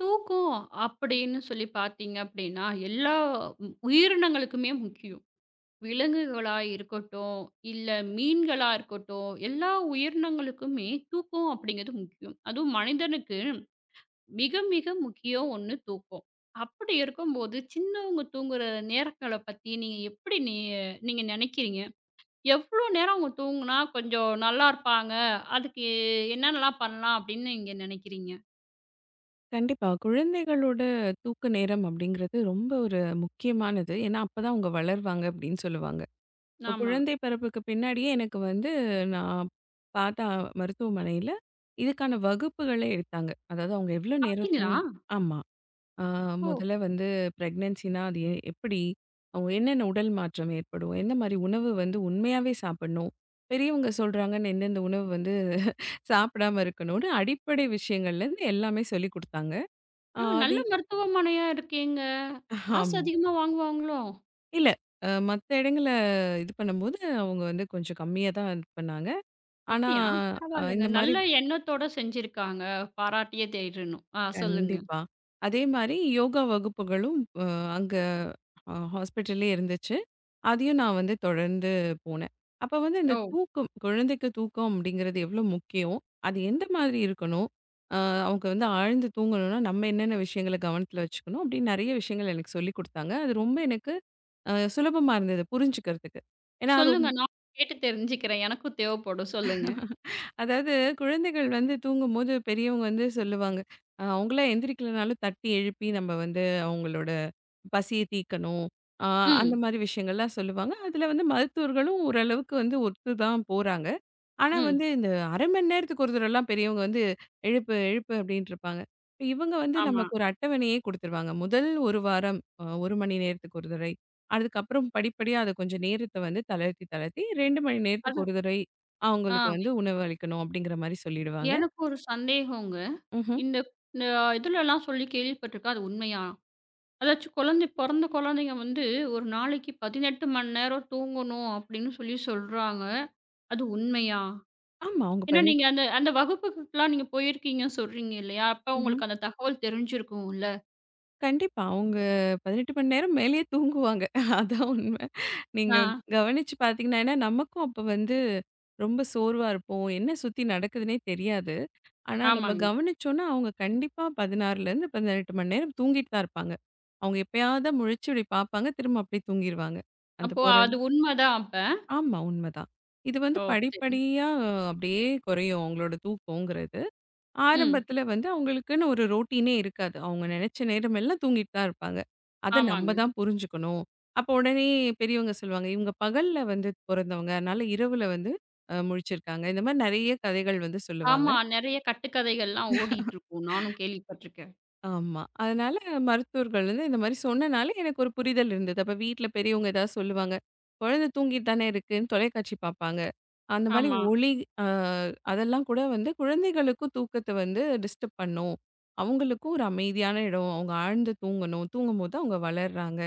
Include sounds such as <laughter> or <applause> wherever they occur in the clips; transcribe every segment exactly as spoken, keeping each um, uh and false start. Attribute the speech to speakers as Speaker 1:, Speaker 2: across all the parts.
Speaker 1: தூக்கம் அப்படின்னு சொல்லி பார்த்தீங்க அப்படின்னா, எல்லா உ உயிரினங்களுக்குமே முக்கியம். விலங்குகளா இருக்கட்டும், இல்ல மீன்களா இருக்கட்டும், எல்லா உயிரினங்களுக்குமே தூக்கம் அப்படிங்கிறது முக்கியம். அதுவும் மனிதனுக்கு மிக, மிக முக்கியம் ஒண்ணு தூக்கம். அப்படி இருக்கும்போது, சின்னவங்க தூங்குற நேரங்கள பத்தி நீங்க எப்படி நீ நீங்க நினைக்கிறீங்க? எவ்வளோ நேரம் அவங்க தூங்குனா கொஞ்சம் நல்லா இருப்பாங்க? அதுக்கு என்னென்னலாம் பண்ணலாம் அப்படின்னு நீங்க நினைக்கிறீங்க?
Speaker 2: கண்டிப்பா. குழந்தைகளோட தூக்க நேரம் அப்படிங்கிறது ரொம்ப ஒரு முக்கியமானது. ஏன்னா, அப்பதான் அவங்க வளர்வாங்க அப்படின்னு சொல்லுவாங்க. இப்போ
Speaker 1: ஆமா.
Speaker 2: குழந்தை பிறப்புக்கு பின்னாடியே எனக்கு வந்து நான் பார்த்த மருத்துவமனையில இதுக்கான வகுப்புகளே எடுத்தாங்க. அதாவது அவங்க எவ்வளோ நேரம்
Speaker 1: அப்படிங்களா?
Speaker 2: தூங்கு ஆமா. ஆ
Speaker 1: ஓ!
Speaker 2: முதல்ல வந்து பிரெக்னன்சினா அது எ எப்படி? அவங்க என்னென்ன உடல் மாற்றம் ஏற்படும்? எந்த மாரி உணவு வந்து உண்மையாவே சாப்பிடணும்? பெரியவங்க சொல்றாங்கன்னு எந்தெந்த உணவு வந்து சாப்பிடாம இருக்கணும்னு அடிப்படை விஷயங்கள்லேருந்து எல்லாமே சொல்லிக் குடுத்தாங்க. ஆ
Speaker 1: ம். நல்ல
Speaker 2: அதே
Speaker 1: மருத்துவமனையா இருக்கேங்க. காசு
Speaker 2: ஆமா.
Speaker 1: அதிகமா வாங்குவாங்களோ?
Speaker 2: இல்ல. அ மத்த இடங்கள்ல இது பண்ணும்போது, அவங்க வந்து கொஞ்சம் கம்மியா தான் இது பண்ணாங்க. ஆனா,
Speaker 1: அப்படியா?
Speaker 2: அ
Speaker 1: பரவாயில்லங்க.
Speaker 2: இந்த மாரி
Speaker 1: நல்ல எண்ணத்தோட செஞ்சிருக்காங்க. பாராட்டியே தேறணும். ஆ சொல்லுங்க.
Speaker 2: கண்டிப்பா. அதே மாரி யோகா வகுப்புகளும் அ அங்க அ ஹாஸ்பிட்டல்லயே இருந்துச்சு. அதையும் நான் வந்து தொடர்ந்து போனேன். அப்ப வந்து இந்த
Speaker 1: ஓ!
Speaker 2: தூக்கம், குழந்தைக்கு தூக்கம் அப்படிங்கிறது எவ்வளோ முக்கியம்? அது எந்த மாதிரி இருக்கணும்? அ அவங்க வந்து ஆழ்ந்து தூங்கணும்னா, நம்ம என்னென்ன விஷயங்கள கவனத்துல வச்சுக்கணும்? அப்படின்னு நெறைய விஷயங்கள் எனக்கு சொல்லிக் குடுத்தாங்க. அது ரொம்ப எனக்கு அ சுலபமா இருந்தது புரிஞ்சுக்கிறதுக்கு. ஏன்னா ரொ
Speaker 1: சொல்லுங்க. நான் கேட்டு தெரிஞ்சுக்கிறேன். எனக்கும் தேவைப்படும். சொல்லுங்க.
Speaker 2: அதாவது குழந்தைகள் வந்து தூங்கும்போது பெரியவங்க வந்து சொல்லுவாங்க, அ அவங்களா எந்திரிக்கலனாலும் தட்டி எழுப்பி நம்ம வந்து அவங்களோட பசிய தீர்க்கணும். அ அந்த
Speaker 1: ம்.
Speaker 2: மாரி விஷயங்கள்லாம் சொல்லுவாங்க. அதில வந்து மருத்துவர்களும் ஓரளவுக்கு வந்து ஒத்து தான் போறாங்க. ஆனா
Speaker 1: ம்.
Speaker 2: வந்து, இந்த அரை மணி நேரத்துக்கு ஒரு தடவலாம் பெரியவங்க வந்து, "எழுப்பு, எழுப்பு" அப்படின்ட்டுருப்பாங்க. இவங்க வந்து
Speaker 1: ஆமா.
Speaker 2: நமக்கு ஒரு அட்டவணையே குடுத்துருவாங்க. முதல் ஒரு வாரம் அ ஒரு மணி நேரத்துக்கு ஒரு தடவை. அதுக்கப்புறம் படிப்படியா அத கொஞ்சம் நேரத்த வந்து தளர்த்தி, தளர்த்தி ரெண்டு மணி நேரத்துக்கு
Speaker 1: அது
Speaker 2: ஒரு தடவை
Speaker 1: ஆ
Speaker 2: அவங்களுக்கு வந்து உணவு அளிக்கணும் அப்படிங்கிற மாரி சொல்லிடுவாங்க.
Speaker 1: எனக்கு ஒரு சந்தேகங்க.
Speaker 2: ம்ஹ்ம்.
Speaker 1: இந்த இந்த இதுலலாம் சொல்லி கேள்விப்பட்டுருக்கேன். அது உண்மையா? அதாச்சும் குழந்தை பொறந்த குழந்தைங்க வந்து ஒரு நாளைக்கு பதினெட்டு மணி நேரம் தூங்கணும் அப்படின்னு சொல்லி சொல்றாங்க. அது உண்மையா?
Speaker 2: ஆமா, அவங்க
Speaker 1: ஏன்னா
Speaker 2: பதினெ
Speaker 1: நீங்க அந்த அந்த வகுப்புக்குலாம் நீங்க போயிருக்கீங்கன்னு சொல்றீங்க இல்லையா? அப்ப
Speaker 2: ம்ஹ்ம்.
Speaker 1: உங்களுக்கு அந்த தகவல் தெரிஞ்சிருக்கும்ல.
Speaker 2: கண்டிப்பா. அவங்க பதினெட்டு மணி நேரம் மேலேயே தூங்குவாங்க. <laughs> அதான் உண்மை. நீங்க
Speaker 1: ஆ,
Speaker 2: கவனிச்சு பார்த்தீங்கன்னா, ஏன்னா நமக்கும் அப்ப வந்து ரொம்ப சோர்வா இருப்போம். என்ன சுத்தி நடக்குதுன்னே தெரியாது. ஆனா நம்ம
Speaker 1: ஆமாங்க.
Speaker 2: கவனிச்சோம்னா, அவங்க கண்டிப்பா பதினாறுலேருந்து பதினெட்டு மணி நேரம் தூங்கிட்டு தான் இருப்பாங்க. அவங்க எப்பயாவது தான் முழிச்சு இப்டி பார்ப்பாங்க. திரும்ப அப்டியே தூங்கிருவாங்க. அந்த
Speaker 1: அப்போ
Speaker 2: பொற
Speaker 1: அது உண்மதான் அப்ப.
Speaker 2: ஆமா உண்மதான். இது வந்து
Speaker 1: ஓ! சரிங்க.
Speaker 2: படிப்படியா அப்டியே குறையும் அவங்களோட தூக்கங்கிறது.
Speaker 1: ம்.
Speaker 2: ஆரம்பத்துல வந்து அவங்களுக்குன்னு ஒரு ரொட்டீனே இருக்காது. அவங்க நெனச்ச நேரமெல்லாம் தூங்கிட்டு தான் இருப்பாங்க. அத
Speaker 1: ஆமாங்க.
Speaker 2: நம்ம தான் புரிஞ்சுக்கணும். அப்ப உடனே பெரியவங்க சொல்லுவாங்க, இவங்க பகல்ல வந்து பொறந்தவங்க. அதனால இரவுல வந்து அ முழிச்சிருக்காங்க. இந்த மாரி நெறைய கதைகள் வந்து சொல்லுவாங்க.
Speaker 1: ஆமா. நெறைய கட்டுக்கதைகள்லாம் ஓடிட்டுருக்கும். நானும் கேள்விப்பட்டுருக்கேன்.
Speaker 2: ஆமா. அதனால மருத்துவர்கள் வந்து இந்த மாரி சொன்னனால எனக்கு ஒரு புரிதல் இருந்தது. அப்ப வீட்ல பெரியவங்க ஏதாவது சொல்லுவாங்க. குழந்தை தூங்கிட்டு தானே இருக்குன்னு தொலைக்காட்சி பார்ப்பாங்க. அந்த மாரி
Speaker 1: ஆமா.
Speaker 2: ஒளி அ அதெல்லாம் கூட வந்து குழந்தைகளுக்கும் தூக்கத்த வந்து டிஸ்டர்ப் பண்ணும். அவங்களுக்கும் ஒரு அமைதியான இடம். அவங்க ஆழ்ந்து தூங்கணும். தூங்கும்போது அவங்க வளர்றாங்க.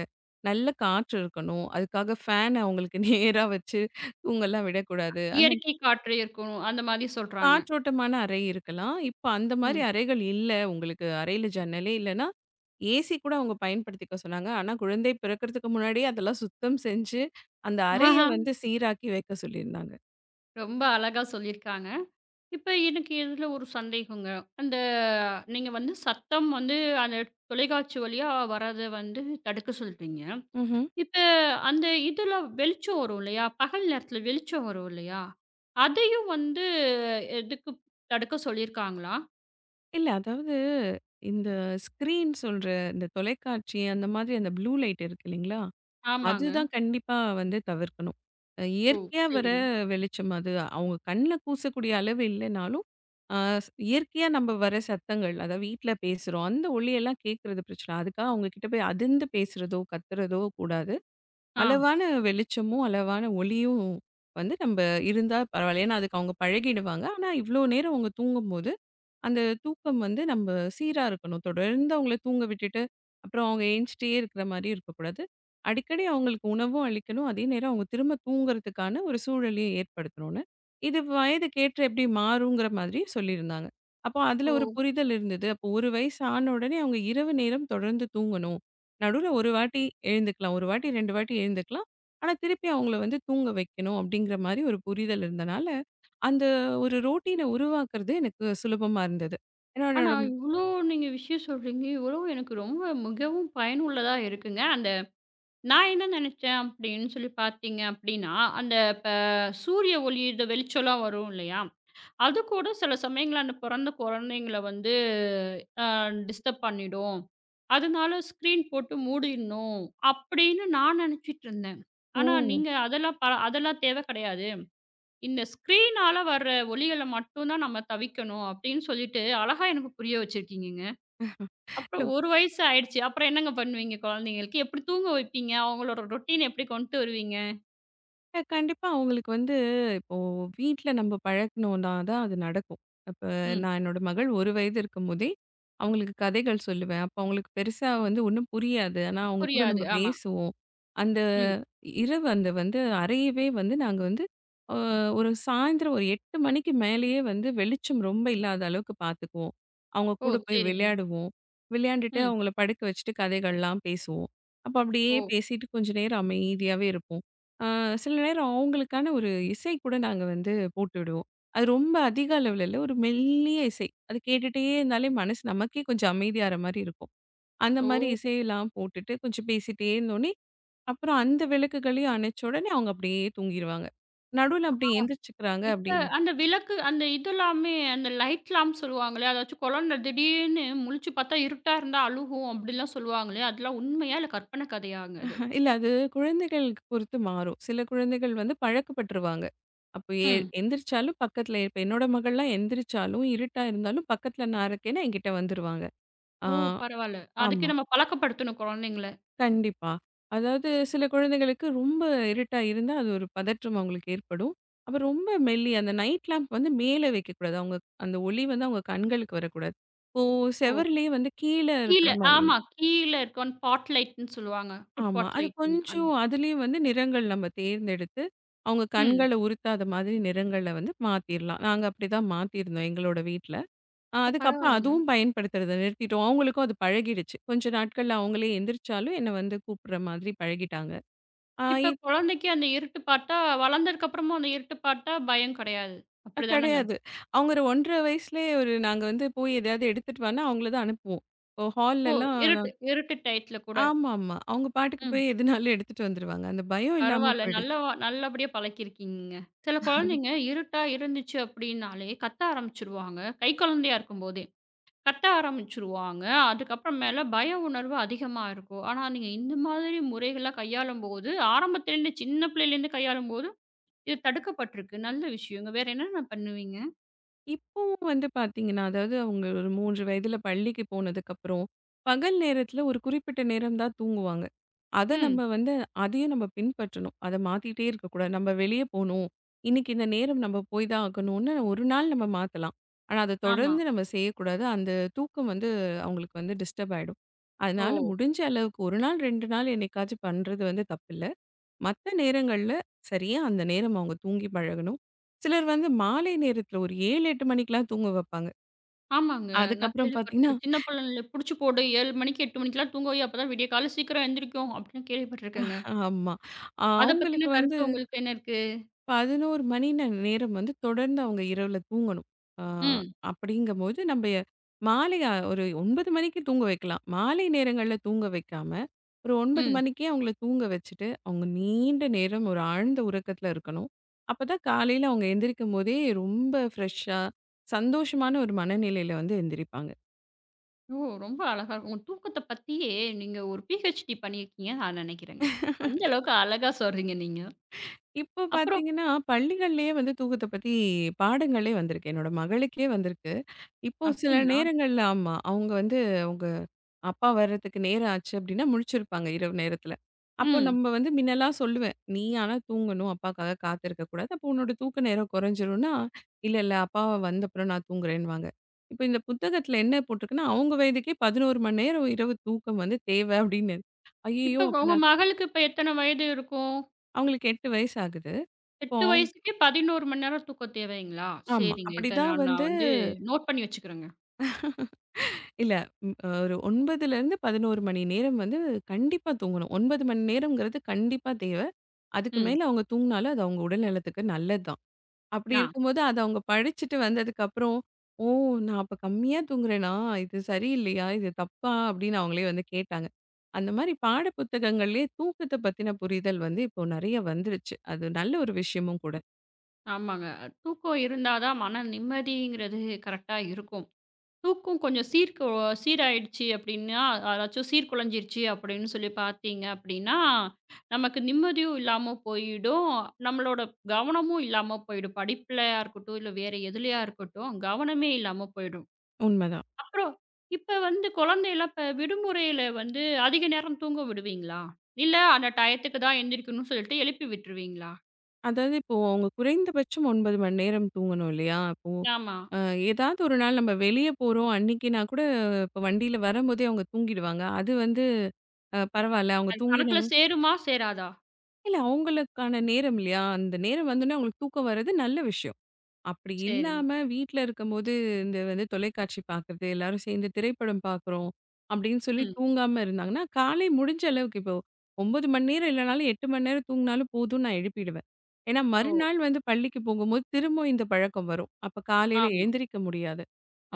Speaker 2: நல்ல காற்று இருக்கணும். அதுக்காக ஃபேன் அவங்களுக்கு <laughs> நேரா வச்சு தூங்கலாம் விடக்கூடாது. அந்த
Speaker 1: இயற்கை காற்று இருக்கும். அந்த மாதிரி சொல்றாங்க.
Speaker 2: காற்றோட்டமான அறை இருக்கலாம். இப்ப அந்த மாரி
Speaker 1: ம்.
Speaker 2: அறைகள் இல்ல. உங்களுக்கு அறையில ஜன்னலே இல்லன்னா, ஏசி கூட அவங்க பயன்படுத்திக்க சொன்னாங்க. ஆனா, குழந்தை பிறக்கறதுக்கு முன்னாடியே அதெல்லாம் சுத்தம் செஞ்சு, அந்த அறைய
Speaker 1: ஆஹா,
Speaker 2: வந்து சீராக்கி வைக்க சொல்லியிருந்தாங்க.
Speaker 1: ரொம்ப அழகா சொல்லியிருக்காங்க. இப்ப எனக்கு இதுல ஒரு சந்தேகங்க. அந்த நீங்க வந்து சத்தம் வந்து அந்த தொலைக்காட்சி வழியா வர்றத வந்து தடுக்க சொல்றீங்க.
Speaker 2: ம்ஹ்ம்.
Speaker 1: இப்ப அந்த இதுல வெளிச்சம் வரும் இல்லையா? பகல் நேரத்துல வெளிச்சம் வரும் இல்லையா? அதையும் வந்து எதுக்கு தடுக்க சொல்லியிருக்காங்களா?
Speaker 2: இல்ல அதாவது இந்த ஸ்க்ரீன் சொல்ற இந்த தொலைக்காட்சி அந்த மாதிரி அந்த ப்ளூ லைட் இருக்கு இல்லைங்களா?
Speaker 1: ஆமாங்க.
Speaker 2: அதுதான் கண்டிப்பா வந்து தவிர்க்கணும். அ
Speaker 1: ஓ!
Speaker 2: இயற்கையா வர
Speaker 1: சரிங்க.
Speaker 2: வெளிச்சம் அது அவங்க கண்ல கூசக்கூடிய அளவு இல்லனாலும், அ ஸ் இயற்கையா நம்ம வர சத்தங்கள், அதாவது வீட்ல பேசுறோம். அந்த ஒலியெல்லாம் கேட்கறது பிரச்சனை இல்ல. அதுக்காக அவங்க கிட்ட போய் அதிர்ந்து பேசுறதோ, கத்துறதோ கூடாது.
Speaker 1: ஆ.
Speaker 2: அளவான வெளிச்சமும், அளவான ஒலியும் வந்து நம்ம இருந்தா பரவாயில்ல. ஏன்னா அதுக்கு அவங்க பழகிடுவாங்க. ஆனா இவ்ளோ நேரம் அவங்க தூங்கும்போது அந்த தூக்கம் வந்து நம்ம சீரா இருக்கணும். தொடர்ந்து அவங்கள தூங்க விட்டுட்டு, அப்புறம் அவங்க ஏஞ்சிட்டே இருக்கிற மாரி இருக்கக்கூடாது. அடிக்கடி அவங்களுக்கு உணவும் அளிக்கணும். அதே நேரம் அவங்க திரும்ப தூங்குறதுக்கான ஒரு சூழலையும் ஏற்படுத்தணும்னு, இது வயதுக்கேற்ற எப்படி மாறுங்கிற மாதிரி சொல்லியிருந்தாங்க. அப்போ அதில ஒரு
Speaker 1: ஓ!
Speaker 2: புரிதல் இருந்தது. அப்போ ஒரு வயசு ஆன உடனே அவங்க இரவு நேரம் தொடர்ந்து தூங்கணும். நடுவுல ஒரு வாட்டி எழுந்துக்கலாம். ஒரு வாட்டி ரெண்டு வாட்டி எழுந்துக்கலாம். ஆனா திருப்பி அவங்கள வந்து தூங்க வைக்கணும் அப்படிங்கிற மாரி ஒரு புரிதல் இருந்தனால அந்த ஒரு ரொட்டீன உருவாக்குறது எனக்கு சுலபமா இருந்தது. ஏன்னா
Speaker 1: ஆனா,
Speaker 2: என்னோட
Speaker 1: இவ்ளோ நீங்க விஷயம் சொல்றீங்க. இவ்ளோ எனக்கு ரொம்ப மிகவும் பயனுள்ளதா இருக்குங்க. அந்த நான் என்ன நெனச்சேன் அப்படின்னு சொல்லி பார்த்தீங்க அப்படின்னா, அந்த இப்ப சூரிய ஒளி இந்த வெளிச்சம்லாம் வரும் இல்லையா? அதுக்கூட சில சமயங்கள்ல அந்த பிறந்த குழந்தைங்கள வந்து அ டிஸ்டர்ப் பண்ணிடும். அதனால ஸ்க்ரீன் போட்டு மூடிடணும் அப்படின்னு நான் நினைச்சிட்டுருந்தேன்.
Speaker 2: ஓ!
Speaker 1: ஆனா நீங்க அதெல்லாம் ப அதெல்லாம் தேவை கிடையாது. இந்த ஸ்க்ரீனால வர ஒலிகள மட்டும் தான் நம்ம தவிர்க்கணும் அப்படின்னு சொல்லிட்டு அழகா எனக்கு புரிய வச்சிருக்கீங்கங்க.
Speaker 2: இல்ல
Speaker 1: அப்புறம் ஒரு வயசு ஆயிடுச்சு. அப்புறம் என்னங்க பண்ணுவீங்க குழந்தைங்களுக்கு? எப்படி தூங்க வைப்பீங்க? அவங்களோட ரொட்டீன் எப்படி கொண்டு வருவீங்க?
Speaker 2: அஹ் கண்டிப்பா அவங்களுக்கு வந்து இப்போ வீட்ல நம்ம பழக்கணும்னா தான் அது நடக்கும். அப்ப
Speaker 1: ம்.
Speaker 2: நான் என்னோட மகள் ஒரு வயது இருக்கும்போதே, அவங்களுக்கு கதைகள் சொல்லுவேன். அப்ப அவங்களுக்கு பெருசா வந்து ஒண்ணும் புரியாது. ஆனா அவங்க கூட
Speaker 1: புரியாது.
Speaker 2: நம்ம
Speaker 1: ஆமா.
Speaker 2: பேசுவோம். அந்த
Speaker 1: ம்.
Speaker 2: இரவு அந்த வந்து அறையவே வந்து நாங்க வந்து அ ஒரு சாயந்திரம் ஒரு எட்டு மணிக்கு மேலேயே வந்து வெளிச்சம் ரொம்ப இல்லாத அளவுக்கு பார்த்துக்குவோம். அவங்க
Speaker 1: ஓ!
Speaker 2: கூட போய்
Speaker 1: சரிங்க.
Speaker 2: விளையாடுவோம். விளையாண்டுட்டு
Speaker 1: ம்.
Speaker 2: அவங்கள படுக்க வச்சுட்டு கதைகள்லாம் பேசுவோம். அப்ப அப்படியே
Speaker 1: ஓ!
Speaker 2: பேசிட்டு கொஞ்ச நேரம் அமைதியாவே இருப்போம். அ சில நேரம் அவங்களுக்கான ஒரு இசை கூட நாங்க வந்து போட்டு விடுவோம். அது ரொம்ப அதிக அளவுல இல்ல, ஒரு மெல்லிய இசை. அது கேட்டுட்டே இருந்தாலே மனசு நமக்கே கொஞ்சம் அமைதியாற மாரி இருக்கும். அந்த
Speaker 1: ஓ!
Speaker 2: மாரி இசையெல்லாம் போட்டுட்டு கொஞ்சம் பேசிட்டே இருந்தோனே அப்புறம் அந்த விளக்குகளையும் அணைச்ச உடனே அவங்க அப்படியே தூங்கிருவாங்க. நடுவுல அப்படி எந்திரிச்சுக்கிறாங்க
Speaker 1: இப்ப
Speaker 2: அப்படின்னு
Speaker 1: அந்த விளக்கு அந்த இதெல்லாமே அந்த லைட் லாம்ப் சொல்லுவாங்களே, அதாச்சும் குழந்தை திடீர்னு முழிச்சு பார்த்தா இருட்டா இருந்தா அழுகும் அப்படிலாம் சொல்லுவாங்களே, அதெல்லாம் உண்மையா இல்ல கற்பனை கதையாங்க அது?
Speaker 2: இல்ல அது குழந்தைகளுக்கு பொறுத்து மாறும். சில குழந்தைகள் வந்து பழக்கப்பட்டுருவாங்க. அப்போ எ
Speaker 1: ம்.
Speaker 2: எந்திரிச்சாலும் பக்கத்துல இப்ப என்னோட மகள்லாம் எந்திரிச்சாலும், இருட்டா இருந்தாலும் பக்கத்துல நான் இருக்கேன்னா என்கிட்ட வந்துருவாங்க. ஆ
Speaker 1: ஓ! பரவால்ல. அதுக்கு
Speaker 2: ஆமா.
Speaker 1: நம்ம பழக்கப்படுத்தணும் குழந்தைங்கள.
Speaker 2: கண்டிப்பா. அதாவது சில குழந்தைகளுக்கு ரொம்ப இருட்டா இருந்தா, அது ஒரு பதற்றம் அவங்களுக்கு ஏற்படும். அப்ப ரொம்ப மெல்லிய அந்த நைட் லேம்ப் வந்து மேல வைக்கக்கூடாது. அவங்க அந்த ஒளி வந்து அவங்க கண்களுக்கு வரக்கூடாது. இப்போ
Speaker 1: ஓ!
Speaker 2: செவருலயே வந்து கீழ
Speaker 1: கீழ
Speaker 2: இருக்கிற மாரி
Speaker 1: ஆமா. கீழ இருக்க பாட் லைட்ன்னு சொல்லுவாங்க. ஃபுட்
Speaker 2: ஆமா.
Speaker 1: பாட்
Speaker 2: அது
Speaker 1: லைட்ன்னு. அந்த
Speaker 2: கொஞ்சம் அதுலயும் வந்து நிறங்கள் நம்ம தேர்ந்தெடுத்து, அவங்க
Speaker 1: ம்.
Speaker 2: கண்கள உறுத்தாத மாதிரி நிறங்கள வந்து மாத்திர்லாம். நாங்க அப்படிதான் மாத்தியிருந்தோம் எங்களோட வீட்ல. அ
Speaker 1: இப்ப
Speaker 2: அதுக்கப்புறம்
Speaker 1: பரவால்லங்க.
Speaker 2: அதுவும் பயன்படுத்துறத நிறுத்திட்டோம். அவங்களுக்கும் அது பழகிடுச்சு. கொஞ்ச நாட்கள்ல அவங்களே எந்திரிச்சாலும் என்ன வந்து கூப்பிடுற மாதிரி பழகிட்டாங்க. ஆ இ
Speaker 1: இப்ப குழந்தைக்கு அந்த இருட்டு பார்த்தா வளர்ந்ததுக்கு அப்புறமும் அந்த இருட்டு பார்த்தா பயம் கிடையாது.
Speaker 2: அ
Speaker 1: அப்படிதானங்க?
Speaker 2: கிடையாது. அவங்க ஒரு ஒன்றரை வயசுலயே ஒரு நாங்க வந்து போய் எதையாவது எடுத்துட்டு வான்னா, அவங்கள தான் அனுப்புவோம். இப்போ
Speaker 1: ஓ!
Speaker 2: ஹால்லலாம்
Speaker 1: இருட்டு இருட்டு டயத்துல கூட.
Speaker 2: ஆமாமா. அவங்க பாட்டுக்கு
Speaker 1: ம்.
Speaker 2: போய் எதுனாலும் எடுத்துட்டு வந்துருவாங்க. அந்த பயம் இல்லாம
Speaker 1: பரவால்ல.
Speaker 2: போயிடுச்சு.
Speaker 1: நல்லா நல்லபடியா பழக்கியிருக்கீங்க. சில குழந்தைங்க இருட்டா இருந்துச்சு அப்படின்னாலே கத்த ஆரம்பிச்சுருவாங்க. கை குழந்தையா இருக்கும்போதே. கத்த ஆரம்பிச்சுருவாங்க. அதுக்கப்புறம் மேல பய உணர்வு அதிகமா இருக்கும். ஆனா, நீங்க இந்த மாதிரி முறைகள்லாம் கையாளும்போது, ஆரம்பத்துலேருந்து சின்ன பிள்ளையிலேருந்து கையாளும்போது, இது தடுக்கப்பட்டிருக்கு. நல்ல விஷயங்க. வேற என்னென்ன பண்ணுவீங்க?
Speaker 2: இப்பவும் வந்து பார்த்தீங்கன்னா, அதாவது அவங்க ஒரு மூன்று வயதில பள்ளிக்கு போனதுக்கப்புறம், பகல் நேரத்தில ஒரு குறிப்பிட்ட நேரம் தான் தூங்குவாங்க. அத
Speaker 1: ம்.
Speaker 2: நம்ம வந்து அதையும் நம்ம பின்பற்றணும். அத மாத்திட்டே இருக்கக்கூடாது. நம்ம வெளிய போணும். இன்னைக்கு இந்த நேரம் நம்ம போய் தான் ஆகணும்னு ஒரு நாள் நம்ம மாத்தலாம். ஆனா, அத
Speaker 1: ஆமா.
Speaker 2: தொடர்ந்து நம்ம செய்யக்கூடாது. அந்த தூக்கம் வந்து அவங்களுக்கு வந்து டிஸ்டர்ப் ஆயிடும். அதனால
Speaker 1: ஓ!
Speaker 2: முடிஞ்ச அளவுக்கு ஒரு நாள், ரெண்டு நாள் என்னைக்காச்சும் பண்றது வந்து தப்பில்ல. மத்த நேரங்கள்ல சரியா அந்த நேரம் அவங்க தூங்கி பழகணும். சிலர் வந்து மாலை நேரத்துல ஒரு ஏழு, எட்டு மணிக்கெல்லாம் தூங்க வைப்பாங்க.
Speaker 1: ஆமாங்க. நான்
Speaker 2: அதுக்கப்புறம் பார்த்தீங்கன்னா
Speaker 1: கேள்விப்பட்டிருக்கேன். சின்ன பிள்ளைங்கள புடிச்சு போடு ஏழு மணிக்கு எட்டு மணிக்கெல்லாம் தூங்க வை. அப்பதான் விடிய காலையில சீக்கிரம் எந்திரிக்கும் அப்படின்னு கேள்விப்பட்டிருக்கேங்க.
Speaker 2: ஆமா. அ
Speaker 1: அத
Speaker 2: அவங்களுக்கு
Speaker 1: பத்தின
Speaker 2: வந்து
Speaker 1: கருத்து உங்களுக்கு என்ன இருக்கு?
Speaker 2: பதினொரு மணி நே நேரம் வந்து தொடர்ந்து அவங்க இரவுல தூங்கணும். ஆ
Speaker 1: ம்.
Speaker 2: அப்படிங்கும்போது நம்ப மாலை அ ஒரு ஒன்பது மணிக்கு தூங்க வைக்கலாம். மாலை நேரங்கள்ல தூங்க வைக்காம, ஒரு ஒன்பது
Speaker 1: ம்.
Speaker 2: மணிக்கே அவங்கள தூங்க வச்சுட்டு, அவங்க நீண்ட நேரம் ஒரு ஆழ்ந்த உறக்கத்துல இருக்கணும். அப்பதான் காலையில அவங்க எந்திரிக்கும்போதே ரொம்ப ஃப்ரெஷ்ஷா, சந்தோஷமான ஒரு மனநிலையில வந்து எந்திரிப்பாங்க.
Speaker 1: ஓ! ரொம்ப அழகா இருக்கும். உங்க தூக்கத்த பத்தியே நீங்க ஒரு பிஹெச்டி பண்ணியிருக்கீங்கன்னு நான் நெனைக்கிறேங்க. அந்த அளவுக்கு அழகா சொல்றீங்க நீங்க.
Speaker 2: இப்போ
Speaker 1: அப்புறம்
Speaker 2: பார்த்தீங்கன்னா, பள்ளிகள்லயே வந்து தூக்கத்த பத்தி பாடங்களே வந்திருக்கு. என்னோட மகளுக்கே வந்திருக்கு. இப்போ சில
Speaker 1: அப்டிங்களா?
Speaker 2: நேரங்கள்ல ஆமா, அவங்க வந்து அவங்க அப்பா வர்றதுக்கு நேரம் ஆச்சு அப்படின்னா முழிச்சிருப்பாங்க இரவு நேரத்துல. அப்போ
Speaker 1: ம்.
Speaker 2: நம்ம வந்து முன்னலாம் சொல்லுவேன். "நீ ஆனா தூங்கணும். அப்பாக்காக காத்திருக்க கூடாது. அப்போ உன்னோட தூக்க நேரம் குறைஞ்சிரும்னா." "இல்ல, இல்ல அப்பா வந்த அப்புறம் நான் தூங்குறேன்னுவாங்க." இப்ப இந்த புத்தகத்துல என்ன போட்டிருக்குன்னா, அவங்க வயதுக்கே பதினொரு மணி நேரம் இரவு தூக்கம் வந்து தேவை அப்படின்னு. ஐய்யயோ!
Speaker 1: இப்ப
Speaker 2: அப்ப
Speaker 1: உங்க
Speaker 2: நான்
Speaker 1: மகளுக்கு இப்ப எத்தன வயது இருக்கும்?
Speaker 2: அவங்களுக்கு எட்டு வயசு ஆகுது. இப்போ
Speaker 1: எட்டு வயசுக்கே பதினொன்று மணி நேரம் தூக்கம் தேவைங்களா?
Speaker 2: ஆமா.
Speaker 1: சரிங்க. இத
Speaker 2: அப்படிதான்
Speaker 1: நான் நான்
Speaker 2: வந்து
Speaker 1: வந்து நோட் பண்ணி வச்சுக்கிறேங்க.
Speaker 2: இல்ல ம் ஒரு ஒம்பதுலேருந்து பதினொரு மணி நேரம் வந்து கண்டிப்பா தூங்கணும். ஒன்பது மணி நேரம்ங்கிறது கண்டிப்பா தேவை. அதுக்கு
Speaker 1: ம்.
Speaker 2: மேல அவங்க தூங்குனாலும் அது அவங்க உடல் நலத்துக்கு நல்லதுதான். அப்படி
Speaker 1: ஆ
Speaker 2: இருக்கும்போது அத அவங்க படிச்சுட்டு வந்ததுக்கப்புறம், "ஓ! நான் அப்ப கம்மியா தூங்குறேனா? இது சரியில்லையா? இது தப்பா?" அப்படின்னு அவங்களே வந்து கேட்டாங்க. அந்த மாரி பாட புத்தகங்கள்லயே தூக்கத்த பத்தின புரிதல் வந்து இப்போ நெறைய வந்துருச்சு. அது நல்ல ஒரு விஷயமும் கூட.
Speaker 1: ஆமாங்க. தூக்கம் இருந்தா தான் மன நிம்மதிங்கிறது கரெக்ட்டா இருக்கும். தூக்கம் கொஞ்சம் சீர்க்கு சீராயிடுச்சு அப்படின்னா, அதாச்சும் சீர்குலைஞ்சிருச்சு அப்படின்னு சொல்லி பார்த்தீங்க அப்படின்னா, நமக்கு நிம்மதியும் இல்லாம போயிடும். நம்மளோட கவனமும் இல்லாம போயிடும். படிப்புலயா இருக்கட்டும், இல்ல வேற எதுலயா இருக்கட்டும், கவனமே இல்லாம போயிடும்.
Speaker 2: உண்மதான்.
Speaker 1: அப்புறம் இப்ப வந்து குழந்தையெல்லாம் இப்ப விடுமுறையில வந்து அதிக நேரம் தூங்க விடுவீங்களா? இல்ல அந்த டயத்துக்கு தான் எந்திரிக்கணும்னு சொல்லிட்டு எழுப்பி விட்டுருவீங்களா?
Speaker 2: அதாவது இப்போ அவங்க குறைந்தபட்சம் ஒன்பது மணி நேரம் தூங்கணும் இல்லையா? அப்போ
Speaker 1: ஆமா.
Speaker 2: அ ஏதாவது ஒரு நாள் நம்ம வெளிய போறோம் அன்னைக்கு நான் கூட இப்போ வண்டியில வரும்போதே அவங்க தூங்கிடுவாங்க. அது வந்து அ பரவால்ல அவங்க
Speaker 1: அது கணக்குல
Speaker 2: தூங்கினாங்கன்னா
Speaker 1: சேருமா? சேராதா?
Speaker 2: இல்ல அவங்களுக்கான நேரம் இல்லையா? அந்த நேரம் வந்தோனே அவங்களுக்கு தூக்கம் வர்றது நல்ல விஷயம். அப்படி
Speaker 1: சரி.
Speaker 2: இல்லாம வீட்ல இருக்கும்போது இந்த வந்து தொலைக்காட்சி பார்க்குறது, எல்லாரும் சேர்ந்து திரைப்படம் பார்க்குறோம் அப்படின்னு சொல்லி
Speaker 1: ம்.
Speaker 2: தூங்காம இருந்தாங்கன்னா, காலை முடிஞ்ச அளவுக்கு இப்போ ஒன்பது மணி நேரம் இல்லனாலும் எட்டு மணி நேரம் தூங்குனாலும் போதும்னு நான் எழுப்பிடுவேன். ஏன்னா
Speaker 1: ஓ!
Speaker 2: மறுநாள் வந்து பள்ளிக்கு போகும்போது திரும்பவும் இந்த பழக்கம் வரும். அப்ப காலையில
Speaker 1: ஆமா.
Speaker 2: எழுந்திரிக்க முடியாது.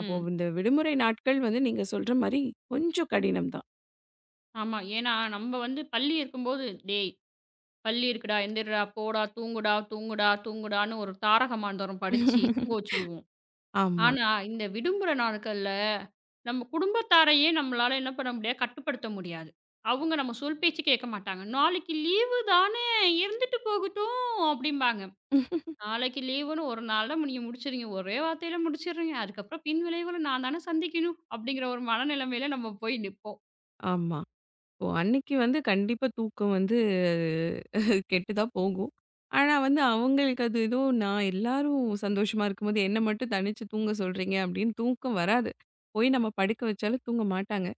Speaker 2: அப்போ இந்த விடுமுறை நாட்கள் வந்து நீங்க சொல்ற மாரி கொஞ்சம் கடினம் தான்.
Speaker 1: ஆமா. ஏன்னா, நம்ம வந்து பள்ளி இருக்கும்போது, "டேய் பள்ளி இருக்குடா, எந்திர்றா, போடா, தூங்குடா, தூங்குடா, தூங்குடான்னு" ஒரு தாரக மந்திரம் படிச்சு தூங்க
Speaker 2: <laughs>
Speaker 1: வச்சுருவோம்.
Speaker 2: ஆமா.
Speaker 1: ஆனா, இந்த விடுமுறை நாட்கள்ல நம்ம குடும்பத்தாரையே நம்மளால என்ன பண்ண முடியாது, கட்டுப்படுத்த முடியாது. அவங்க நம்ம சொல் பேச்சு கேட்க மாட்டாங்க. "நாளைக்கு லீவு தானே, இருந்துட்டு போகட்டும்" அப்படிம்பாங்க. நாளைக்கு லீவுன்னு ஒரு நாள்ல நீங்க முடிச்சிருங்க. ஒரே வார்த்தையில முடிச்சிடுறீங்க. அதுக்கப்புறம் பின் விளைவுகள நான் தானே சந்திக்கணும், அப்படிங்கிற ஒரு மனநிலைமையில நம்ம போய் நிப்போம்.
Speaker 2: ஆமா. ஓ! அன்னைக்கு வந்து கண்டிப்பா தூக்கம் வந்து கெட்டு தான் போகும். ஆனா வந்து அவங்களுக்கு அது ஏதோ நான் எல்லாரும் சந்தோஷமா இருக்கும்போது என்ன மட்டும் தனிச்சு தூங்க சொல்றீங்க அப்படின்னு தூக்கம் வராது. போய் நம்ம படுக்க வச்சாலும் தூங்க மாட்டாங்க.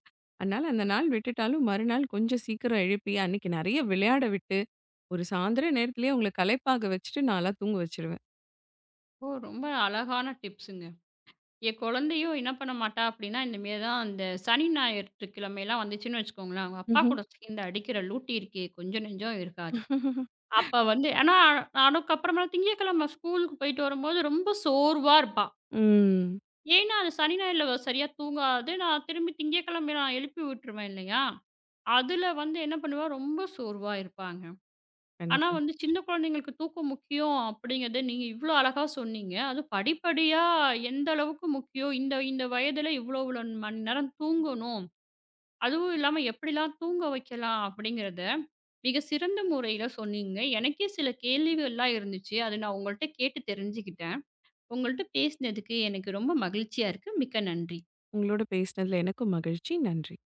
Speaker 2: அதனால அந்த நாள் விட்டுட்டாலும் மறுநாள் கொஞ்சம் சீக்கிரம் எழுப்பி அன்னைக்கு நெறைய விளையாட விட்டு, ஒரு சாயந்தரம் நேரத்திலேயே அவங்கள களைப்பாக வச்சுட்டு நான்லாம் தூங்க வச்சுருவேன்.
Speaker 1: ஓ! ரொம்ப அழகான டிப்ஸுங்க. என் குழந்தையும் என்ன பண்ண மாட்டா அப்படின்னா, இந்த மாரி தான் அந்த சனி, ஞாயிற்றுக்கிழமைலாம் வந்துச்சுன்னு வச்சுக்கோங்களேன், அவங்க அப்பா
Speaker 2: ம்ஹ்ம்.
Speaker 1: கூட சேர்ந்து அடிக்கிற லூட்டி இருக்கே, கொஞ்சம் நெஞ்சம் இருக்காது.
Speaker 2: <laughs>
Speaker 1: அப்ப வந்து ஆனா அதுக்கப்புறமா திங்கட்கிழமை ஸ்கூலுக்கு போயிட்டு வரும்போது ரொம்ப சோர்வா இருப்பா.
Speaker 2: ம்.
Speaker 1: ஏன்னா, அது சனி, ஞாயிறுல அவ சரியா தூங்காது. நான் திரும்பி திங்கட்கிழமை நான் எழுப்பி விட்டுருவேன் இல்லையா? அதுல வந்து என்ன பண்ணுவா, ரொம்ப சோர்வா இருப்பாங்க. ஆனா
Speaker 2: கண்டிப்பா.
Speaker 1: வந்து சின்ன குழந்தைங்களுக்கு தூக்கம் முக்கியம் அப்படிங்கிறத நீங்க இவ்வளோ அழகா சொன்னீங்க. அதுவும் படிப்படியா எந்த அளவுக்கு முக்கியம், இந்த இந்த வயதில இவ்வளோ இவ்வளோ மணி நேரம் தூங்கணும். அதுவும் இல்லாம எப்படிலாம் தூங்க வைக்கலாம் அப்படிங்கிறத மிக சிறந்த முறையில சொன்னீங்க. எனக்கே சில கேள்விகள்லாம் இருந்துச்சு. அத நான் உங்கள்ட்ட கேட்டு தெரிஞ்சுக்கிட்டேன். உங்கள்ட்ட பேசினதுக்கு எனக்கு ரொம்ப மகிழ்ச்சியா இருக்கு. மிக்க நன்றி.
Speaker 2: உங்களோட பேசினதுல எனக்கும் மகிழ்ச்சி. நன்றி.